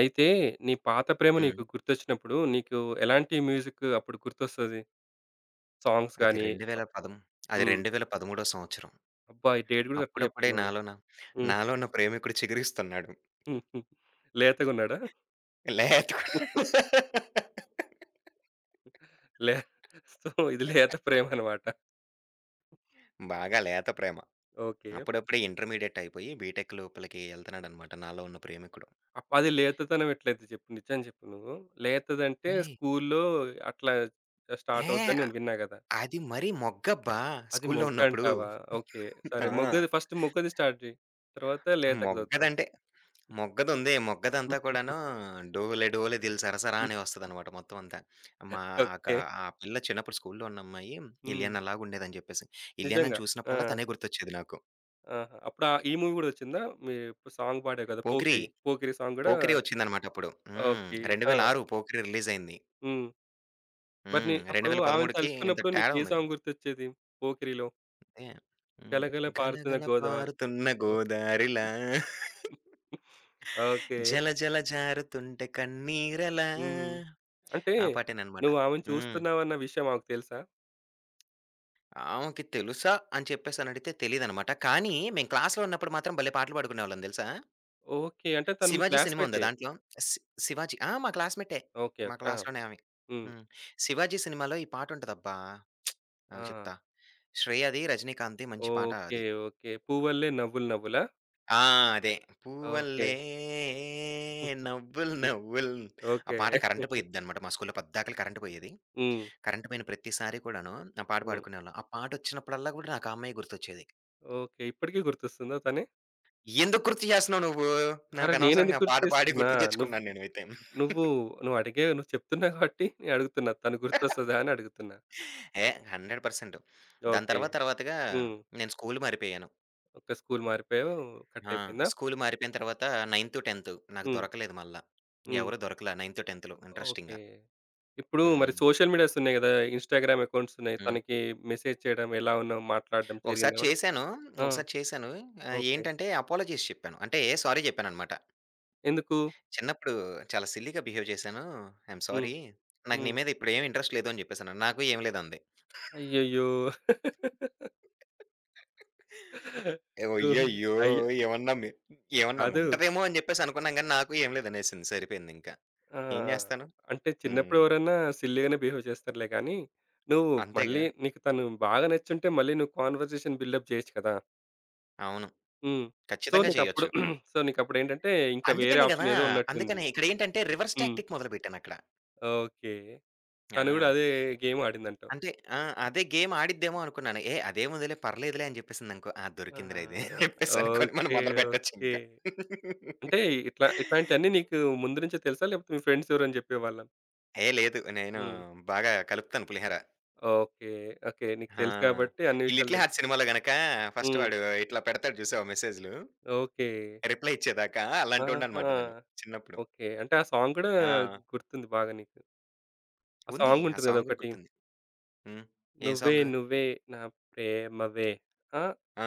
అయితే నీ పాత ప్రేమ హ్మ్. నీకు గుర్తొచ్చినప్పుడు నీకు ఎలాంటి మ్యూజిక్ అప్పుడు గుర్తొస్తది? సాంగ్స్ గాని అది అప్ 2010 అది హ్మ్. 2013 సంవత్సరం. అబ్బా! ఈ డేట్ గూడా కరెక్ట్‌గా అప్పుడప్పుడే చెప్తున్నాను. నాలోన, హ్మ్. నాలో ఉన్న ప్రేమికుడు చిగురిస్తున్నాడు. లేతగున్నాడా? లేతగున్నాడు. లే సో, ఇది లేత ప్రేమ అన్నమాట. బాగా లేత ప్రేమ. ఓకే. అప్పుడప్పుడే ఇంటర్మీడియేట్ అయిపోయి బీటెక్ లోపలికి ఎళ్తున్నాడనమాట నాలో ఉన్న ప్రేమికుడు. అది లేతతనం ఎట్లయితే చెప్పు? నిజం చెప్పు నువ్వు. లేతదంటే ఏయ్! స్కూల్లో అట్లా స్టార్ట్ ఏ అవుద్దని నేను విన్నా గదా! అది మరీ మొగ్గబ్బా! అది స్కూల్లో ఉన్నప్పుడు. మొగ్గంటావా? ఓకే. సరే ఆ! మొగ్గది ఫస్ట్ మొగ్గది స్టార్ట్ జెయి. తర్వాత లేతకి వద్దాం. మొగ్గదంటే మొగ్గదుంది. మొగ్గదంతా కూడాను 'డోలే డోలే దిల్ సరసరా' అనే వస్తదనమాట మొత్తం అంతా. మా ఆక ఓకే. ఆ పిల్ల చిన్నప్పుడు స్కూల్‌లో ఉన్న అమ్మాయి హ్మ్. ఇలియానాలాగా ఉండేదని చెప్పేసి. నిజంగా. ఇలియానాని ఆ! చూసినప్పుడల్లా తనే గుర్తొచ్చేది నాకు. ఆహా! అప్పుడు ఈ మూవీ గూడా వచ్చిందా? మీ ఇప్పుడు సాంగ్ పాడావు కదా! 'పోకిరి'. 'పోకిరి' 'పోకిరి' సాంగ్ గూడా 'పోకిరి' వచ్చిందనమాట అప్పుడు. హ్మ్. ఓకే. ఆ! 2006 పోకిరి రిలీజయింది. హ్మ్. మరి నీ హ్మ్. అప్పుడు ఆమెను 2013కి ఇంత తలుచుకున్నప్పుడు నీకు తేడా ఏ ఉంది. సాంగ్ గుర్తొచ్చేది 'పోకిరిలో'? అదే. హ్మ్. 'గలగల పారుతున్న 'గలగల గోదావరి'. పారుతున్న ఓహ్! గోదారిలా ఓకే. జల జల జారుతుంటే కన్నీరలా'. హ్మ్. అంటే ఆ పాటేననమాట. నువ్వు ఆమెను హ్మ్. చూస్తున్నావన్న విషయం ఆమెకు తెలుసా? ఆమెకి తెలుసా అని చెప్పేసనడిగితే తెలీదనమాట. కానీ మేము క్లాస్‌లో ఉన్నప్పుడు మాత్రం భలే పాటలు పాడుకునేవాళ్ళం తెలుసా? ఓకే. అంటే తను మీ 'శివాజీ' సినిమా ఉందా క్లాస్‌మేటే. దాంట్లో? శి 'శివాజీ'. ఆ! మా క్లాస్‌మేటే. ఓకే. మా ఓకే. ఆ! క్లాస్‌లోనే ఆమె. హ్మ్. హ్మ్. 'శివాజీ' సినిమాలో ఈ పాట ఉంటదబ్బా! ఆగు ఆ! చెప్తా. 'శ్రేయ'ది, 'రజనీకాంత్‌ది' మంచి పాట ఓకే. అది. ఓకే. 'పూవల్లే నవ్వులు నవ్వులా'? ఆ! అదే. ఓకే. పూవల్లే నవ్వులు నవ్వుల్. ఆ ఓకే. పాట కరెంట్ పోయిద్దనమాట, మా స్కూల్‌లో పద్దాకల కరెంట్ పోయేది. హ్మ్. కరెంట్ పోయిన ప్రతిసారి కూడాను ఆ పాట హ్మ్. పాడుకునేవాళ్ళం. ఆ పాటొచ్చినప్పుడల్లా గూడా నాకు ఆ అమ్మాయే గుర్తొచ్చేది. ఓకే. ఇప్పటికి గుర్తొస్తుందా తనే? ఎందుకు గుర్తు చేస్తున్నావు నువ్వు? అరె! నేనెందుకు నాకనవసరంగా ఆ గుర్తు పాట పాడి చేస్తున్నా? గుర్తు నువ్వు తెచ్చుకున్నాను నేనైతే. నువ్వు నువ్వు అడిగే నువ్వు చెప్తున్నావు కాబట్టి నేను అడుగుతున్నా. తను గుర్తొస్తదా అని అడుగుతున్నా. ఏ 100%. దాని ఓకే. తర్వాత తర్వాతగా హ్మ్. నేను స్కూల్ మారిపోయాను. ఒక స్కూల్ మారిపోయావు. కట్ ఆ! అయిపోయిందా? స్కూల్ మారిపోయిన తర్వాత 9త్, 10త్ నాకు హ్మ్. దొరకలేదు మళ్ళా. హ్మ్. ఎవరు దొరకలా 9త్, 10థ్‌లో ఓకే. ఇంట్రెస్టింగ్‌గా. ఇప్పుడు మరి హ్మ్. సోషల్ మీడియాస్ ఉన్నాయి గదా! ఇన్‌స్టాగ్రామ్ అకౌంట్స్ ఉన్నాయి. హ్మ్. తనకి మెసేజ్ చేయడం, ఎలా ఉన్నావు? మాట్లాడడం ఒకసారి జరిగిందా ఏమన్నా? చేశాను. ఆ! ఒకసారి చేశాను. ఓకే. ఏంటంటే అపాలజీస్ చెప్పాను. అంటే సారీ చెప్పాననమాట. ఎందుకు? చిన్నప్పుడు చాలా సిల్లీగా బిహేవ్ చేశాను. ఐయామ్ హ్మ్. సారీ. నాకు నీ హ్మ్. మీద ఇప్పుడేమి ఇంట్రెస్ట్ లేదు అని జెప్పేసన్నాను. నాకు ఏం లేదంది. అయ్యయ్యో! హ్మ్. అయ్యయ్యో! అయ్య ఏమన్నా మి ఏమన్నా కాదు. ఉంటదేమో అని జెప్పేసి అనుకున్నాం గానీ, నాకు ఏం లేదనేసింది. సరిపోయిందింకా. ఆ! ఏం జేస్తాను? అంటే హ్మ్. చిన్నప్పుడు ఎవరన్నా సిల్లీగానే బిహేవ్ చేస్తారులే గానీ, నువ్వు మళ్ళీ అంతేగా. నీకు తను బాగా నచ్చుంటే మళ్ళీ నువ్వు కాన్వర్జేషన్ బిల్డప్ చేయొచ్చు కదా! అవును. హ్మ్. సో, ఖచ్చితంగా నీకప్పుడు చేయొచ్చు. సో, నీకప్పుడేంటంటే ఇంకా వేరే అందుకనే గదా! ఆప్షన్ ఏదో ఉన్నట్టుంది. అందుకనే ఇక్కడేంటంటే రివర్స్ హ్మ్. టాక్టిక్ మొదలుపెట్టానక్కడ. ఓకే. తను గూడా ఆ! అదే గేమ్ ఆడిందంటావు. అంటే ఆ! అదే గేమ్ ఆడిద్దేమో అనుకున్నాను. అదేముందిలే పర్లేదులే అని జెప్పేసిందనుకో. ఆ! దొరికిందిరా ఇది అని ఆ! జెప్పేసనుకోని మనం ఓకే. ఓకే. మొదలుపెట్టొచ్చింక. అంటే ఇట్లాంటియన్నీ నీకు ముందు నుంచే తెలుసా? లేకపోతే మీ ఫ్రెండ్స్ ఎవరైనా చెప్పేవాళ్ళా? లేదు. నేను హ్మ్. బాగా కలుపుతాను పులిహోర. ఓకే. ఓకే. నీకు ఆ! తెలుసు కాబట్టి అన్ని ఈ విషయాలు 'లిటిల్ తెలుసు. హార్ట్స్' సినిమాలో గనక ఫస్ట్ హ్మ్. వాడు ఇట్లా పెడతాడు జూసావా మెసేజ్‌లు. ఓకే. రిప్లై ఇచ్చేదాకా ఆహా! అలాంటోడిననమాట నేను చిన్నప్పుడు. ఓకే. అంటే, ఆ సాంగ్ గూడా ఆ! గుర్తుంది బాగా నీకు. ఆ ఉంది. ఆ సాంగుంటది గదా! సాంగ్ గూడా ఒకటి. గుర్తుంది. హ్మ్. ఏం 'నువ్వే సాంగు? నువ్వే నా ప్రేమవే'. ఆ! ఆ!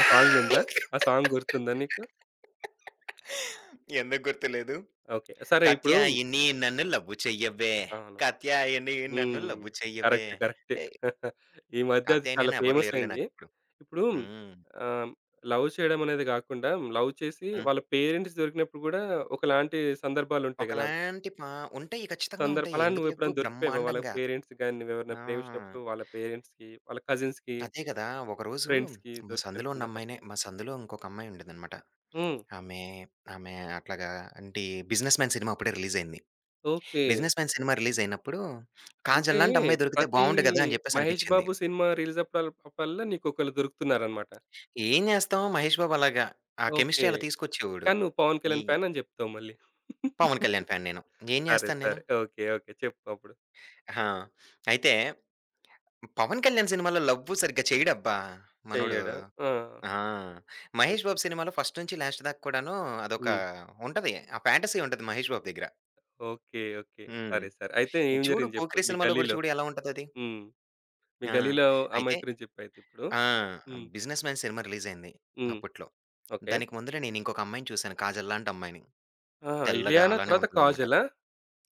ఆ సాంగుందా? ఆ సాంగ్ గుర్తుందా నీకు? ఎందుకు గుర్తులేదు? ఓకే. సరే ఇప్పుడు కత్యాయిని నన్ను లవ్వు చెయ్యవే, అవును. కత్యాయిని నన్ను హ్మ్. లవ్వు చెయ్యవే. కరెక్ట్. కరెక్టే. ఏ ఈ మధ్య అది కాత్యాయని చాలా అని ఎవరు లేరులే ఫేమసయింది. నాకిప్పుడు. ఇప్పుడు హ్మ్. ఆహ్, లవ్ చేయడం అనేది గాకుండా, లవ్ చేసి హ్మ్. వాళ్ళ పేరెంట్స్ దొరికినప్పుడు గూడా ఒకలాంటి సందర్భాలుంటాయి గదా! ఒకలాంటి పా ఉంటాయి, ఖచ్చితంగా ఉంటాయి. అలా ఎందుకు లెవ్వు నువ్వెప్పుడైనా దొరికిపోయావా వాళ్ళ బ్రహ్మాండంగా. పేరెంట్స్‌కి గాని, నువ్వెవరినైనా ప్రేమించినప్పుడు ఆ! వాళ్ళ పేరెంట్స్‌కి, వాళ్ళ కజిన్స్‌కి అదే గదా! ఒకరోజు ఫ్రెండ్స్‌కి మా దొరికిన సందులో ఉన్న సందర్భం. అమ్మాయినే, మా సందులో ఇంకొక అమ్మాయి ఉండేదనమాట. హ్మ్. ఆమె, ఆమె అట్లాగా అంటే 'బిజినెస్ మ్యాన్' సినిమా అప్పుడే రిలీజ్ అయింది. ఓకే. 'బిజినెస్ మ్యాన్' సినిమా రిలీజ్ అయినప్పుడు అంటే 'కాజల్' లాంటి అమ్మాయి దొరికితే ప్రతి బావుండు గదా! అని 'మహేష్ జెప్పేసనిపిచ్చింది. బాబు' సినిమా రిలీజ్ అప్పుడల్లా నీకొకళ్ళు దొరుకుతున్నారన్నమాట. ఏం జేస్తాం 'మహేష్ బాబు' అలాగా. ఆ ఓకే. కెమిస్ట్రీ అలా తీసుకొచ్చేవోడు. కానీ నువ్వు 'పవన్ ఈ కళ్యాణ్' ఫ్యాన్ అని జెప్తావు మళ్ళీ. 'పవన్ కళ్యాణ్' ఫ్యాన్ నేను. ఏం సరే. జేస్తాను నేను. సరే. ఓకే. ఓకే. చెప్పు అప్పుడు. ఆ! అయితే 'పవన్ కళ్యాణ్' సినిమాలో లవ్వు సరిగ్గా చేయడబ్బా మనోడు. చెయ్యడా? ఆ! ఆ! 'మహేష్ ఓకే. బాబు' సినిమాలో ఫస్ట్ నుంచి లాస్ట్ దాకా కూడాను అదొక హ్మ్. ఉంటది. ఆ ఫ్యాంటసీ ఉంటది 'మహేష్ బాబు' దగ్గర. ఓకే. ఓకే. హ్మ్. సరే. సరే. అయితే ఏం చూడు జరిగింది జెప్పు 'పోకిరి' మీ సినిమాలో గూడా గల్లీలో? చూడు ఎలా ఉంటదది. హ్మ్. మీ ఆ! గల్లీలో అయితే అమ్మాయి గురించి జెప్పయితే ఇప్పుడు. ఆ! హ్మ్. 'బిజినెస్ మ్యాన్' సినిమా రిలీజయింది హ్మ్. అప్పట్లో. ఓకే. దానికి ముందర నేనింకొక అమ్మాయిని చూసాను, 'కాజల్' లాంటి అమ్మాయిని. ఆహా! తెల్లగా 'ఇలియానా' అలానే తర్వాత ఉంటదనమాట. 'కాజలా'?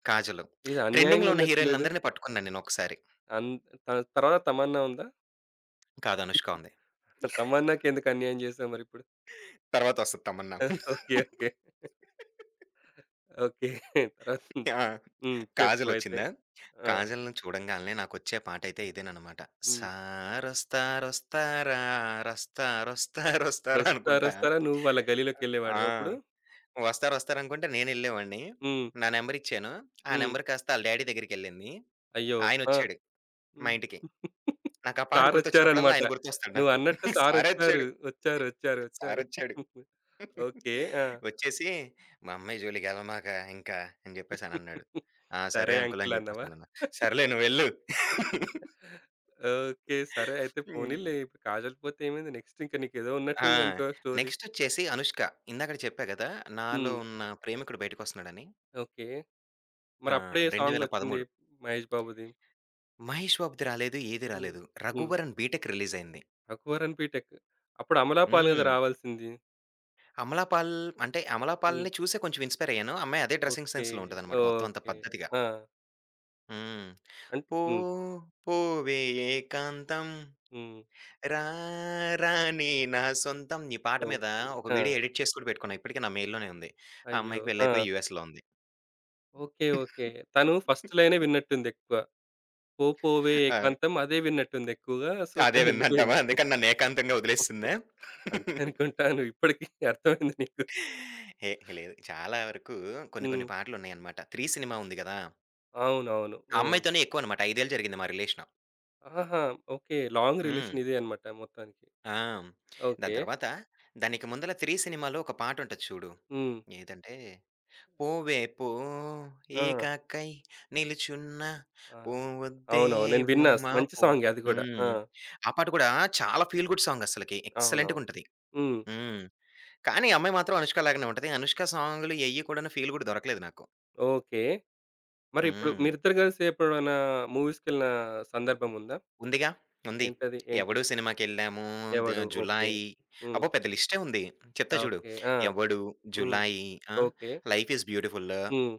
'కాజలు.' ఇది అన్యాయంగా ట్రెండింగ్‌లో ఉన్న ఉన్నట్టు లేదు. హీరోయిన్‌లందరిని పట్టుకున్నాను నేనొకసారి. అన్ తన తర్వాత 'తమన్నా' ఉందా? కాదు, 'అనుష్క' ఉంది. 'తమన్నాకి' ఎందుకు అన్యాయం చేసావు మరిప్పుడు? తర్వాతొస్తది 'తమన్నా.' ఓకే. ఓకే. ఓకే. తర్వాత ఆ! హ్మ్. చెప్పు అయితే? 'కాజలొచ్చిందా?' ఆ! 'కాజల్‌ని' చూడంగాల్నే నాకొచ్చే పాటైతే ఇదేననమాట. హ్మ్. సారొస్తారొస్తారా, రస్తారొస్తారొస్తారా అనుకుంటా. "రొస్తారొస్తారా" నువ్వు వాళ్ళ గల్లీలోకెళ్ళేవాడివా అప్పుడు? ఆ! వస్తారొస్తారనుకుంటే నేనెళ్ళేవాడిని. హ్మ్. నా నంబరిచ్చాను. ఆ హ్మ్. నంబర్ కాస్త ఆళ్ళ డ్యాడీ దగ్గరికెళ్ళింది. అయ్యో! ఆ! ఆయనొచ్చాడు మా హ్మ్. ఇంటికి. నాకా పాట గుర్తొచ్చినప్పుడల్లా సారొచ్చారన్నమాట. ఆయన గుర్తొస్తాడు నాకు. నువ్వన్నట్టు సారొచ్చారు. సారొచ్చాడు. వచ్చారు. వచ్చారు. వచ్చారు. సారొచ్చాడు. వచ్చారు. ఓకే. ఆ! వచ్చేసి, "మా అమ్మాయి జోలికి ఎళ్ళమాక ఇంకా" అని జెప్పేసనన్నాడు. "ఆ! "సరే సరే అంకుల్" అంకుల్" అని అన్నావా? జెప్పేసనన్నా. "సర్లే నువ్వెళ్ళు." ఓకే. సరే అయితే హ్మ్. పోనీలే ఇప్పుడు కాజల్ పోతే ఏమైంది? నెక్స్ట్ ఇంక నీకేదో ఆ! ఉన్నట్టుందనుకో స్టోరీ. నెక్స్టొచ్చేసి 'అనుష్క.' ఇందాకడ చెప్పా గదా! నాలో హ్మ్. ఉన్న ప్రేమికుడు బయటకొస్తున్నాడని. ఓకే. ఆ! మరప్పుడే సాంగొచ్చింది 2013. 'మహేష్ బాబు'ది. మహేష్ బాబుది రాలేదు. ఏది హ్మ్. రాలేదు. హ్మ్. 'రఘువరన్ బీటెక్' రిలీజయింది. 'రఘువరన్ బీటెక్.' అప్పుడు 'అమలాపాల్' గదా! హ్మ్. రావాల్సింది. అమలాపాల్. అంటే, హ్మ్. 'అమలాపాల్'ని చూసే కొంచెం ఇన్‌స్పైర్ అయ్యాను. అమ్మాయి అదే డ్రెసింగ్ ఓకే. సెన్స్‌లో ఉంటదనమాట మొత్తం అంతా ఓకే. పద్ధతిగా. ఆ! హ్మ్. అన్ పో హ్మ్. పోవే ఏకాంతం, హ్మ్. రా రానే నా సొంతం. ఈ పాట మీద ఓకే. ఒక ఆ! వీడియో ఎడిట్ చేసి కూడా పెట్టుకున్నా. ఇప్పటికి నా మెయిల్‌లోనే ఉంది. ఆ అయ్యో! అమ్మాయికి ఆ! పెళ్లయిపోయి యూఎస్‌లో ఉంది. ఓకే. ఓకే. తను ఫస్ట్ లైనే విన్నట్టుందెక్కువ. 'పో పోవే ఆ! ఏకాంతం' అదే విన్నట్టుందెక్కువగా. సో, అదే విందంటావా? తనెళ్ళిపోయింది. అందుకని నన్ను ఏకాంతంగా వదిలేసిందా? అంతే అనుకుంటాను ఇప్పటికి అర్థమైంది నీకు. ఏ లేదు. చాలా వరకు కొన్ని హ్మ్. కొన్ని పాటలున్నాయనమాట. 'త్రీ' సినిమా ఉంది గదా! అవునవును. ఆ హ్మ్. అమ్మాయితోనే ఎక్కువనమాట. 5 ఏళ్ళు జరిగింది మా రిలేషను. ఆహా! ఓకే. లాంగ్ హ్మ్. రిలేషన్ ఇదే అన్నమాట మొత్తానికి. ఆ! దాని ఓకే. తర్వాత, దానికి ముందల 'త్రీ' సినిమాలో ఒక పాటుంటది చూడు. హ్మ్. ఏదంటే, పోవే పో, ఆ! ఏకాకై నిలుచున్న, ఆ! పోవద్దే అవునవును. నేను విన్నా. బొమ్మ మంచి పో. సాంగే అది గూడా. ఆ! హ్మ్. ఆ పాట కూడా చాలా ఫీల్ గుడ్ సాంగ్ అస్సలకి. అవునవును. ఎక్సలెంట్‌గుంటది. హ్మ్. హ్మ్. కానీ, ఆ అమ్మాయి మాత్రం అనుష్క లాగానే ఉంటది. అనుష్క సాంగ్‌లు ఎయ్యి కూడాను ఫీల్ గుడ్ దొరకలేదు నాకు. ఓకే. మరిప్పుడు హ్మ్. మీరిద్దరు కలిసి ఎప్పుడైనా మూవీస్‌కెళ్ళిన సందర్భం ఉందా? ఉందిగా. ఉంది. ఏంటది? ఏంటది? 'ఎవడు' సినిమాకెళ్ళాము. ద 'ఎవడు.' ఓకే. 'జులాయి'. హ్మ్. అబ్బో! పెద్ద లిస్టే ఉంది. ఆ! చెప్తా చూడు. ఓకే. ఆ! 'ఎవడు', హ్మ్. 'జులాయి'. ఆ! ఓకే. 'Life is beautiful'. హ్మ్.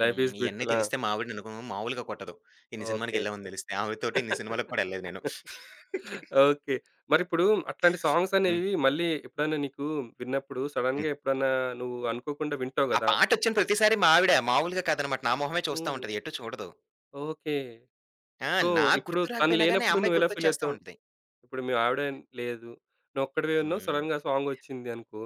'లైఫ్ ఈజ్ ఇయన్నీ బ్యూటిఫుల్.' ఆ! తెలిస్తే మా ఆవిడ నన్ను మామూలుగా కొట్టదు. ఇన్ని ఓకే. సినిమాలకెళ్ళామని తెలిస్తే. ఆవిడతోటి ఇన్ని సినిమాలకు కూడా ఎళ్ళలేదు నేను. ఓకే. మరిప్పుడు అట్లాంటి సాంగ్స్ హ్మ్. అనేవి మళ్ళీ ఎప్పుడైనా నీకు విన్నప్పుడు హ్మ్. సడెన్‌గా ఎప్పుడన్నా నువ్వు అనుకోకుండా వింటావు ఆ గదా! పాటొచ్చిన ప్రతిసారి మా ఆవిడ మామూలుగా కాదనమాట. నా మొహమే చూస్తా హ్మ్. ఉంటది. ఎటు చూడదు. ఓకే. ఆ! సో, నాకు ఇప్పుడు గుర్తు తను రాకపోయినా గాని, ఆ లేనప్పుడు అమ్మాయికి నువ్వెలా గుర్తొచ్చేస్తా ఫీలవుతావు? ఉంటది. ఇప్పుడు మీ ఆవిడ లేదు. నువ్వొక్కడివే ఉన్నావు. హ్మ్. సడెన్‌గా సాంగొచ్చింది అనుకో.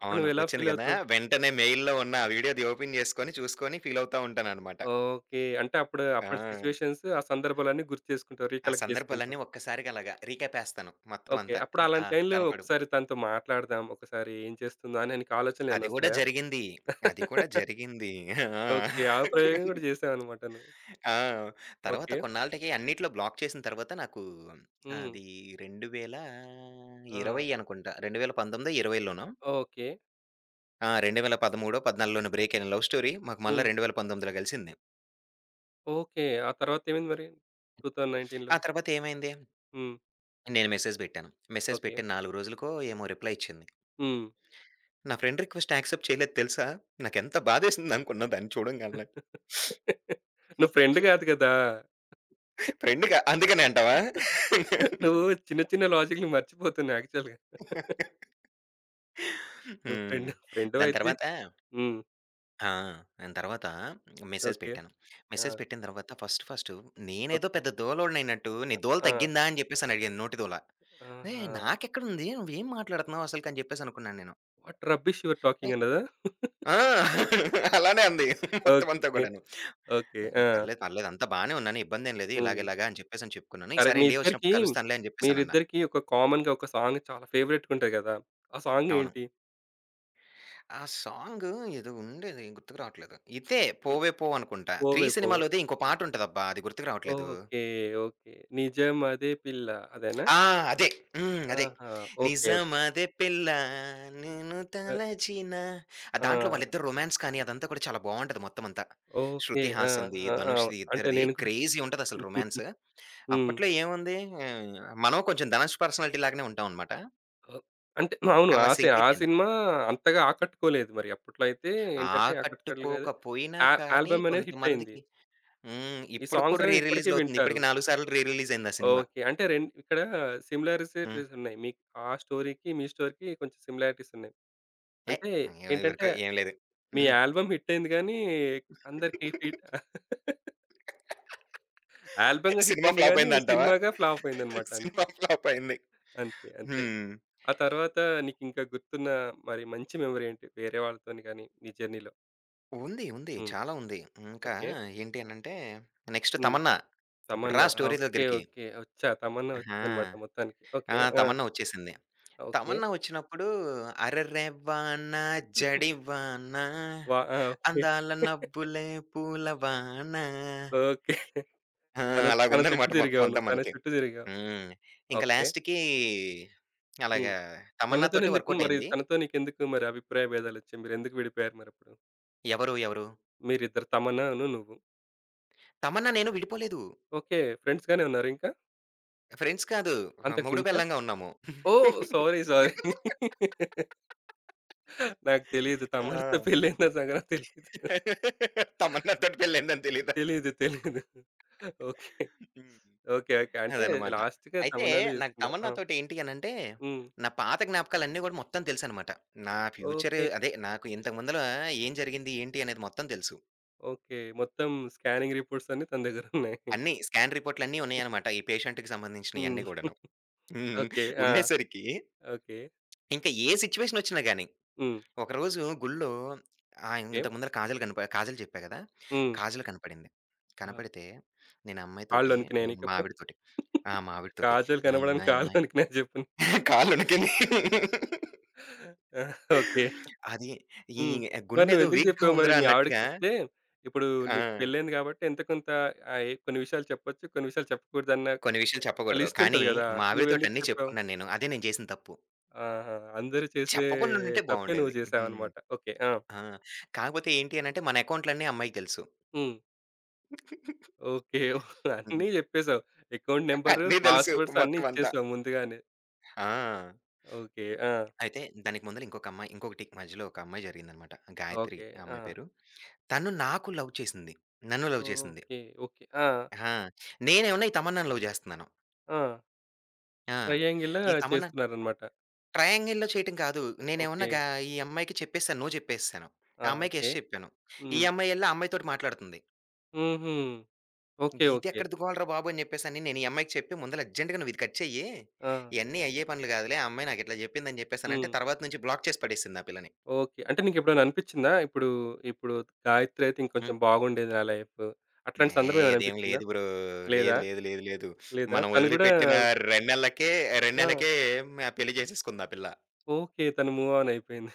అప్పుడు అవును. నువ్వెలా వచ్చింది కదా! ఫీలవుతావు? వెంటనే మెయిల్‌లో ఉన్న ఆ వీడియోది ఓపెన్ చేసుకొని, చూసుకొని ఫీల్ అవుతా ఉంటాననమాట. ఓకే. అంటే అప్పుడు అప్పటి ఆ! సిట్యుయేషన్స్, ఆ సందర్భాలన్నీ గుర్తు చేసుకుంటావు. ఆ రీకలెక్ట్ సందర్భాలన్నీ చేసుకుంటావు. ఒక్కసారిగా అలాగా రీక్యాపేస్తాను మొత్తం ఓకే. అంతా. అప్పుడు దా అలాంటి టైంలో కనపడు. ఒకసారి తనతో మాట్లాడదాం. ఒకసారి ఏం చేస్తుందా అని నీకు అది ఆలోచనలేమైనా గూడా వస్తాయా? జరిగింది. అది కూడా జరిగింది. ఆ! ఓకే. ఆ ప్రయోగం గూడా చేసావన్నమాట నువ్వు. ఆ! తర్వాత ఓకే. కొన్నాళ్ళకి అన్నిట్లో బ్లాక్ చేసిన తర్వాత నాకు హ్మ్. అది ఆ! 2020 అనుకుంటా. 2019, 20. ఓకే. ఆ! 2013, 14 బ్రేకయిన లవ్ స్టోరీ మాకు మళ్ళా హ్మ్. 2019లో కలిసింది. ఓకే. ఆ తర్వాతేమైంది మరి? 2019లో? ఆ తర్వాత ఏమైంది? హ్మ్. నేను మెసేజ్ పెట్టాను. Message okay. పెట్టిన 4 రోజులకో ఏమో రిప్లై ఇచ్చింది. హ్మ్. నా ఫ్రెండ్ రిక్వెస్ట్ యాక్సెప్ట్ చేయలేదు తెలుసా? నాకెంత బాధేసిందనుకున్నా దాన్ని చూడంగాల్నే. నువ్వు ఫ్రెండ్ కాదు కదా! ఫ్రెండ్‌గా అందుకనే అంటావా? నువ్వు చిన్న చిన్న లాజిక్‌ని మర్చిపోతున్నావు యాక్చువల్‌గా. నువ్వు హ్మ్. దాని ఫ్రెండువైతే తర్వాత హ్మ్. ఆ! దాని తర్వాత మెసేజ్ ఓకే. పెట్టాను. ఆ! మెసేజ్ పెట్టిన తర్వాత ఫస్ట్ ఫస్ట్ నేనేదో ఓకే. పెద్ద దూలోడినైనట్టు "నీ దూల ఆ! తగ్గిందా?" అని జెప్పేసని అడిగాను నోటి దూల. "ఏయ్! ఆహా! నాకెక్కడుంది? నువ్వేం మాట్లాడుతున్నావు అసలకి" అని జెప్పేసనుకున్నాను నేను. What rubbish you are a talking అన్నదా? ఆ! అలానే అంది మొత్తం అంతా ఓకే. గూడాను. ఓకే. హ్మ్. ఆ! పర్లేదు. పర్లేదు. అంతా బానే ఉన్నాను. ఇబ్బందేం లేదు. హ్మ్. ఇలాగిలాగా అని చెప్పేసని చెప్పుకున్నాను. సరే ఈసారి ఇండియా వచ్చినప్పుడు కలుస్తానులే అని చెప్పేసనన్నా. మీరిద్దరికీ ఒక కామన్‌గా ఒక సాంగ్ చాలా ఫేవరెట్‌గా ఉంటది కదా! ఆ సాంగ్ అవును. ఏంటి? ఆ సాంగు ఏదో ఉండేది గుర్తుకు రావట్లేదు. ఇదే హ్మ్. 'పోవే పో' అనుకుంటా. 3 'పోవే పోవే'. సినిమాలోది ఇంకో పాటుంటదబ్బా! అది గుర్తుకు రావట్లేదు. ఓకే. ఓకే. నిజమదే పిల్ల అదేనా? ఆ! అదే. హ్మ్. అదే. ఆహా! ఓకే. నిజమదే పిల్ల, నేను ఓకే. తలచిన. ఆ! ఆ! దాంట్లో వాళ్ళిద్దరు రొమాన్స్ కానీ అదంతా కూడా చాలా బావుంటది మొత్తమంతా. ఓకే. శృతి ఆ! హాసన్‌ది, ఆ! అవును. ధనుష్‌ది అంటే ఇద్దరిది నేను కూడా క్రేజీ ఉంటదసలు రొమాన్స్. హ్మ్. అప్పట్లో ఏముంది, ఆహ్, మనం కొంచెం ధనుష్ పర్సనాలిటీ లాగానే ఉంటామనమాట. ఓహ్! అంటే అవును. అలా సింక్ ఆ అయిపోయింది. సినిమా అంతగా ఆకట్టుకోలేదు మరి. అప్పట్లో అయితే ఏంటంటే ఆకట్టుకోలేదు కాదు. ఆకట్టుకోకపోయినా ఆ కానీ ఆల్బమ్ అనేది హిట్ అయింది. కొంతమందికి. హ్మ్. ఈ ఇప్పటికి సాంగ్స్ కూడా రీ అనేది ఇప్పటికి రిలీజ్‌లవుతుంది. వింటారు. ఇప్పటికి 4 సార్లు రీ రిలీజ్ అయింది ఆ సినిమా. ఓకే. అంటే ఇక్కడ హ్మ్. సిమిలారిటీస్ ఉన్నాయి. మీకు ఆ స్టోరీకి, మీ స్టోరీకి కొంచెం సిమిలారిటీస్ ఉన్నాయి. ఏ అంటే ఏంటంటే ఎవరికో ఏం లేదు. మీ హ్మ్. ఆల్బమ్ హిట్ అయింది గానీ అందరికి ఆల్బమ్‌గా హిట్ సినిమా అయింది ఫ్లాప్ గానీ అయిందంటావా? సినిమాగా ఫ్లాప్ అయిందన్నమాట అంతే. సినిమా ఫ్లాప్ అయింది. అంతే. అంతే. హ్మ్. ఆ తర్వాత నీకింకా గుర్తున్న మరి మంచి మెమరీ ఏంటి? వేరే వాళ్ళతోని గాని నీ జర్నీలో? ఉంది. ఉంది. హ్మ్. చాలా ఉంది. ఇంకా ఓకే. ఏంటి అనంటే నెక్స్ట్ హ్మ్. 'తమన్నా.' ఇప్పుడు రా 'తమన్నా'. ఆ! Story okay. దగ్గరికి. ఓకే. ఒచ్చా 'తమన్నా' ఆహా! ఒచ్చిందనమాట మొత్తానికి. ఆ! ఓకే. ఆ! 'తమన్నా' వచ్చేసింది. ఓకే. తమన్నా వచ్చినప్పుడు, అరెరెవాన జడివాన, వా ఆ! ఓకే. అందాల నబ్బులే పూలవాన. ఓకే. ఆ! తన తన చుట్టూ అలాగుందనమాట మొత్తం తిరిగావు అంతా నువ్వు. తన మనకి. చుట్టూ తిరిగావు. హ్మ్. ఇంక ఓకే. లాస్ట్‌కి హ్మ్. అలాగా తమన్నాతోటే వర్కౌట్ అయింది. తనతో నీకెందుకు మరి అభిప్రాయ భేదాలొచ్చాయి? మీరెందుకు విడిపోయారు మరప్పుడు? ఎవరు, ఎవరు? మీరిద్దరు 'తమన్నాను' నువ్వు. తమన్నా నేను విడిపోలేదు. ఓకే. ఫ్రెండ్స్ గానే ఉన్నారింకా? ఫ్రెండ్స్ కాదు. అంతకు మొగుడు, మించా? పెళ్ళాంగా ఉన్నాము. ఓహ్! సారీ. సారీ. నాకు తెలీదు. ఆ! 'తమరితో' పెళ్లయిందా సంగతి తెలీదు. తమన్నాతోటి పెళ్లయిందని తెలీదా? తెలీదు. తెలీదు. ఓకే. హ్మ్. ఓకే. ఓకే. అంటే అదనమాట. లాస్ట్‌గా అయితే తమన్నానే నాకు చేసుకున్నావు. ఆ! తమన్నాతోటి ఏంటి అనంటే, హ్మ్. నా పాత జ్ఞాపకాలన్నీ గూడా మొత్తం తెలుసనమాట. నా ఫ్యూచర్ ఓకే. అదే. నాకు ఇంతకు ముందల ఏం జరిగింది? ఏంటి? అనేది మొత్తం తెలుసు. ఓకే. మొత్తం స్కానింగ్ రిపోర్ట్స్ అన్నీ తన దగ్గరున్నాయి. అన్నీ స్కాన్ రిపోర్ట్‌లన్నీ ఉన్నాయనమాట. ఈ పేషెంట్‌కి హ్మ్. సంబంధించినయన్నీ గూడాను. హ్మ్. ఓకే. ఆ! ఉండేసరికి ఓకే. ఇంక ఏ సిట్యుయేషనొచ్చినా గానీ, హ్మ్. ఒకరోజు గుళ్ళో ఓకే. ఇంతకు ముందల కాజల్ చెప్పా గదా! హ్మ్. కాజల్ కనపడింది. ఆ! కనపడితే నేను ఆ కాళ్ళు అమ్మాయితోటి వణికినాయా మా నీకప్పుడు? ఆవిడతోటి ఆ! మా ఆవిడతోటి కాజల్ మై కనపడని మై కాళ్ళు మై వణికినాయా చెప్పు? కాళ్ళు వణికినియి. ఆ! ఓకే. అది ఈ హ్మ్. మరి గుండెదో నువ్వెందుకు వీక్‌గా జెప్పావు మరి? ఉందిరా మీ ఆవిడకి అన్నట్టుగా. చెప్తే, ఇప్పుడు నీకు ఆ! పెళ్ళయింది గాబట్టి ఎంతో కొంత ఆహ్, ఎ కొన్ని విషయాలు చెప్పొచ్చు, కొన్ని విషయాలు చెప్పకూడదన్న కొన్ని విషయాలు చెప్పకూడదు. లిస్ట్ కానీ ఉంటది గదా! మా ఆవిడతోటి నువ్వెందుకు అన్నీ చెప్పావు? చెప్పుకున్నాను నేను. అదే నేను చేసిన తప్పు. ఆహా! అందరూ చేసే చెప్పకుండా ఉండుంటే తప్పే బావుండేది. నువ్వు హ్మ్. జేశావనమాట. ఓకే. ఆ! ఆ! కాకపోతే ఏంటి అనంటే మన అకౌంట్‌లన్నీ అమ్మాయికి తెలుసు. హ్మ్. ఓకే. హ్మ్. అన్నీ జెప్పేసావు. అకౌంట్ నంబరు, అన్నీ తెలుసు పాస్‌వర్డ్స్ అన్నీ మొత్తం అంతా. ఇచ్చేసావు ముందుగానే. ఆ! ఓకే. ఆ! అయితే దానికి ముందల ఇంకొక అమ్మాయి ఇంకొకటి మధ్యలో ఒక అమ్మాయి జరిగిందనమాట. గాయత్రి ఓకే. ఆ ఆ! అమ్మాయి పేరు. తను నాకు లవ్ చేసింది. నన్ను లవ్ చేసింది. ఓకే. ఓకే. ఆ! ఆ! నేనేమన్నా ఈ తమన్నాని లవ్ చేస్తున్నాను. ఆ! ఆ! ట్రయాంగిల్‌లా ఈ తమన్నా చేస్తున్నారనమాట. ట్రయాంగిల్‌లో చేయటం కాదు. నేనేమన్నా ఓకే. ఈ అమ్మాయికి చెప్పేసాను. నో చెప్పేసేసాను. ఆ! ఆ అమ్మాయికి ఓకే. యెస్ చెప్పాను. ఈ హ్మ్. అమ్మాయి ఎళ్ళి ఆ అమ్మాయితోటి మాట్లాడుతుంది. హుహు. ఓకే. ఓకే. ఇదెక్కడ గోలరా బాబు! అని చెప్పేసని నేను ఈ అమ్మాయికి చెప్పి ముందల అర్జెంట్‌గా నువ్వు ఇది కట్ చెయ్యి. ఆ! ఇయన్నీ అయ్యే పనులు కాదులే. ఆ అమ్మాయి నాకు ఇట్లా చెప్పిందని చెప్పేసనంటే హ్మ్. తర్వాత నుంచి బ్లాక్ చేసి పడేసింది ఆ పిల్లని. ఓకే. అంటే నీకెప్పుడైనా అనిపిచ్చిందా? ఇప్పుడు గాయత్రి అయితే హ్మ్. ఇంకొంచెం బాగుండేది నా లైఫ్. అట్లాంటి సందర్భం ఏయ్! ఏమైనా అదేం అనిపిచ్చిందా? లేదు బ్రో. లేదా? లేదు, లేదు, లేదు, లేదు. లేదా? మనం తను గూడా వదిలిపెట్టిన 2 నెలలకే 2 ఆ! నెలలకే పెళ్లి చేసేసుకుంది ఆ పిల్ల. ఓకే. తను మూవ్ ఆన్ అయిపోయింది.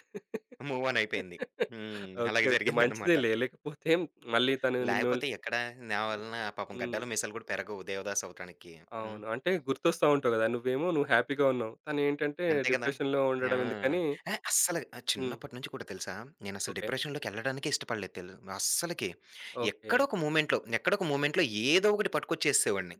మూవ్ ఆన్ అయిపోయింది. హ్మ్. ఓకే. అలాగే ఓకే. జరిగిందనమాట. మంచిదేలే. లేకపోతే మళ్ళీ తను మిమ్మల్ని లేకపోతే ఎక్కడ నా వలన పాపం హ్మ్. గడ్డాలు, మీసాలు కూడా పెరగవు 'దేవదాసు' అవటానికి. హ్మ్. అవును. అంటే గుర్తొస్తా ఉంటావు గదా! నువ్వు హ్యాపీగా ఉన్నావు. తనేంటంటే అంతే కదా! డిప్రెషన్‌లో ఆ! ఉండడం ఎందుకని ఆ! అస్సలు హ్మ్. చిన్నప్పటి నుంచి కూడా తెలుసా? నేనసలు ఓకే. డిప్రెషన్‌లోకెళ్ళడానికే ఇష్టపడలేదు అస్సలకి. ఓకే. ఎక్కడో ఒక మూమెంట్‌లో ఏదో ఒకటి పట్టుకొచ్చేసేసేవాడిని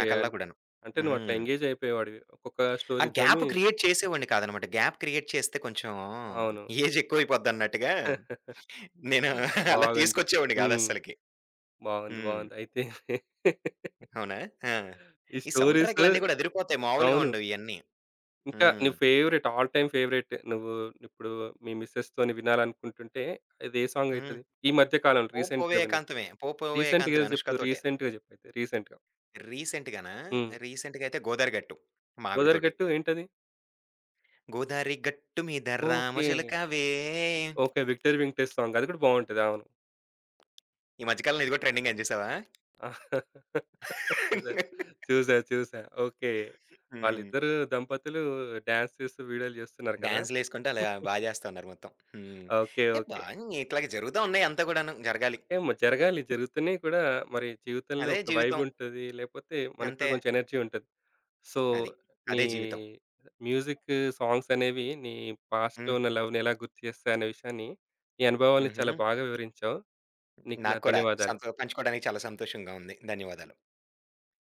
నా కల్లా కూడాను. అంటే నువ్వట్లా హ్మ్. ఎంగేజ్ అయిపోయేవాడివి. ఒక్కొక్క ఆ గ్యాప్ స్టోరీతోని క్రియేట్ చేసేవాడిని కాదనమాట. గ్యాప్ క్రియేట్ చేస్తే కొంచెం అవును. ఏజ్ ఎక్కువైపోద్దన్నట్టుగా నేను అలా బాగుంది. తీసుకొచ్చేవాడిని హ్మ్. కాదస్సలకి. బాగుంది. హ్మ్. బాగుంది. అయితే అవునా? ఆ! ఈ ఈ సౌండ్ స్టోరీస్ ట్రాక్‌లన్నీ కూడా అదిరిపోతాయి. మామూలుగా అవును. ఉండవు ఇయన్నీ. ఇంకా నీ హ్మ్. ఫేవరెట్ ఆల్ టైమ్ ఫేవరెట్ నువ్వు ఇప్పుడు మీ మిసెస్‌తోని వినాలనుకుంటుంటే అది ఏ సాంగ్ హ్మ్. అయితది? ఈ మధ్య కాలంలో 'పో పోవే రీసెంట్‌గా విన్నది. ఏకాంతమే, 'పో పోవే రీసెంట్‌గా ఏకాంతమే' ఏదో చెప్తావు. అనుష్కతోటే. రీసెంట్‌గా చెప్పు అయితే రీసెంట్‌గా. రీసెంట్‌గాన హ్మ్. రీసెంట్‌గా అయితే 'గోదారి గట్టు' మా 'గోదారి ఆవిడతోటి. గట్టు' ఏంటది? 'గోదారి గట్టు మీద ఓకే. రామచిలకవే'. ఓకే. 'విక్టరీ వెంకటేష్' సాంగ్ అది కూడా బాగుంటది. అవును. ఈ మధ్య కాలంలో ఇది కూడా ట్రెండింగ్ అని చూసావా? చూసా. చూసా. చూసా. ఓకే. హ్మ్. వాళ్ళిద్దరు దంపతులు డాన్స్ చేస్తూ వీడియోలు చేస్తున్నారు కదా! డాన్స్‌లేసుకుంటూ అలా చేస్తా ఉన్నారు మొత్తం. హ్మ్. ఓకే. ఓకే. బాగా ఇట్లాగే జరుగుతా ఉన్నాయి అంతా కూడాను. జరగాలి. ఏమో జరగాలి. జరుగుతున్నాయి కూడా మరి జీవితంలో అదే ఒక వైబ్ జీవితం. ఉంటది. లేపోతే మనకు కూడా అంతే. కొంచెం ఎనర్జీ ఉంటది. సో, అది. నీ అదే జీవితం. మ్యూజిక్ సాంగ్స్ అనేవి నీ పాస్ట్‌లో హ్మ్. ఉన్న లవ్‌ని ఎలా గుర్తు చేస్తాయి అనే విషయాన్ని, నీ అనుభవాల్ని హుహు. చాలా బాగా వివరించావు. నీకు నా నాకు కూడా ధన్యవాదాలు. పంచుకోవడానికి చాలా సంతోషంగా ఉంది. ధన్యవాదాలు.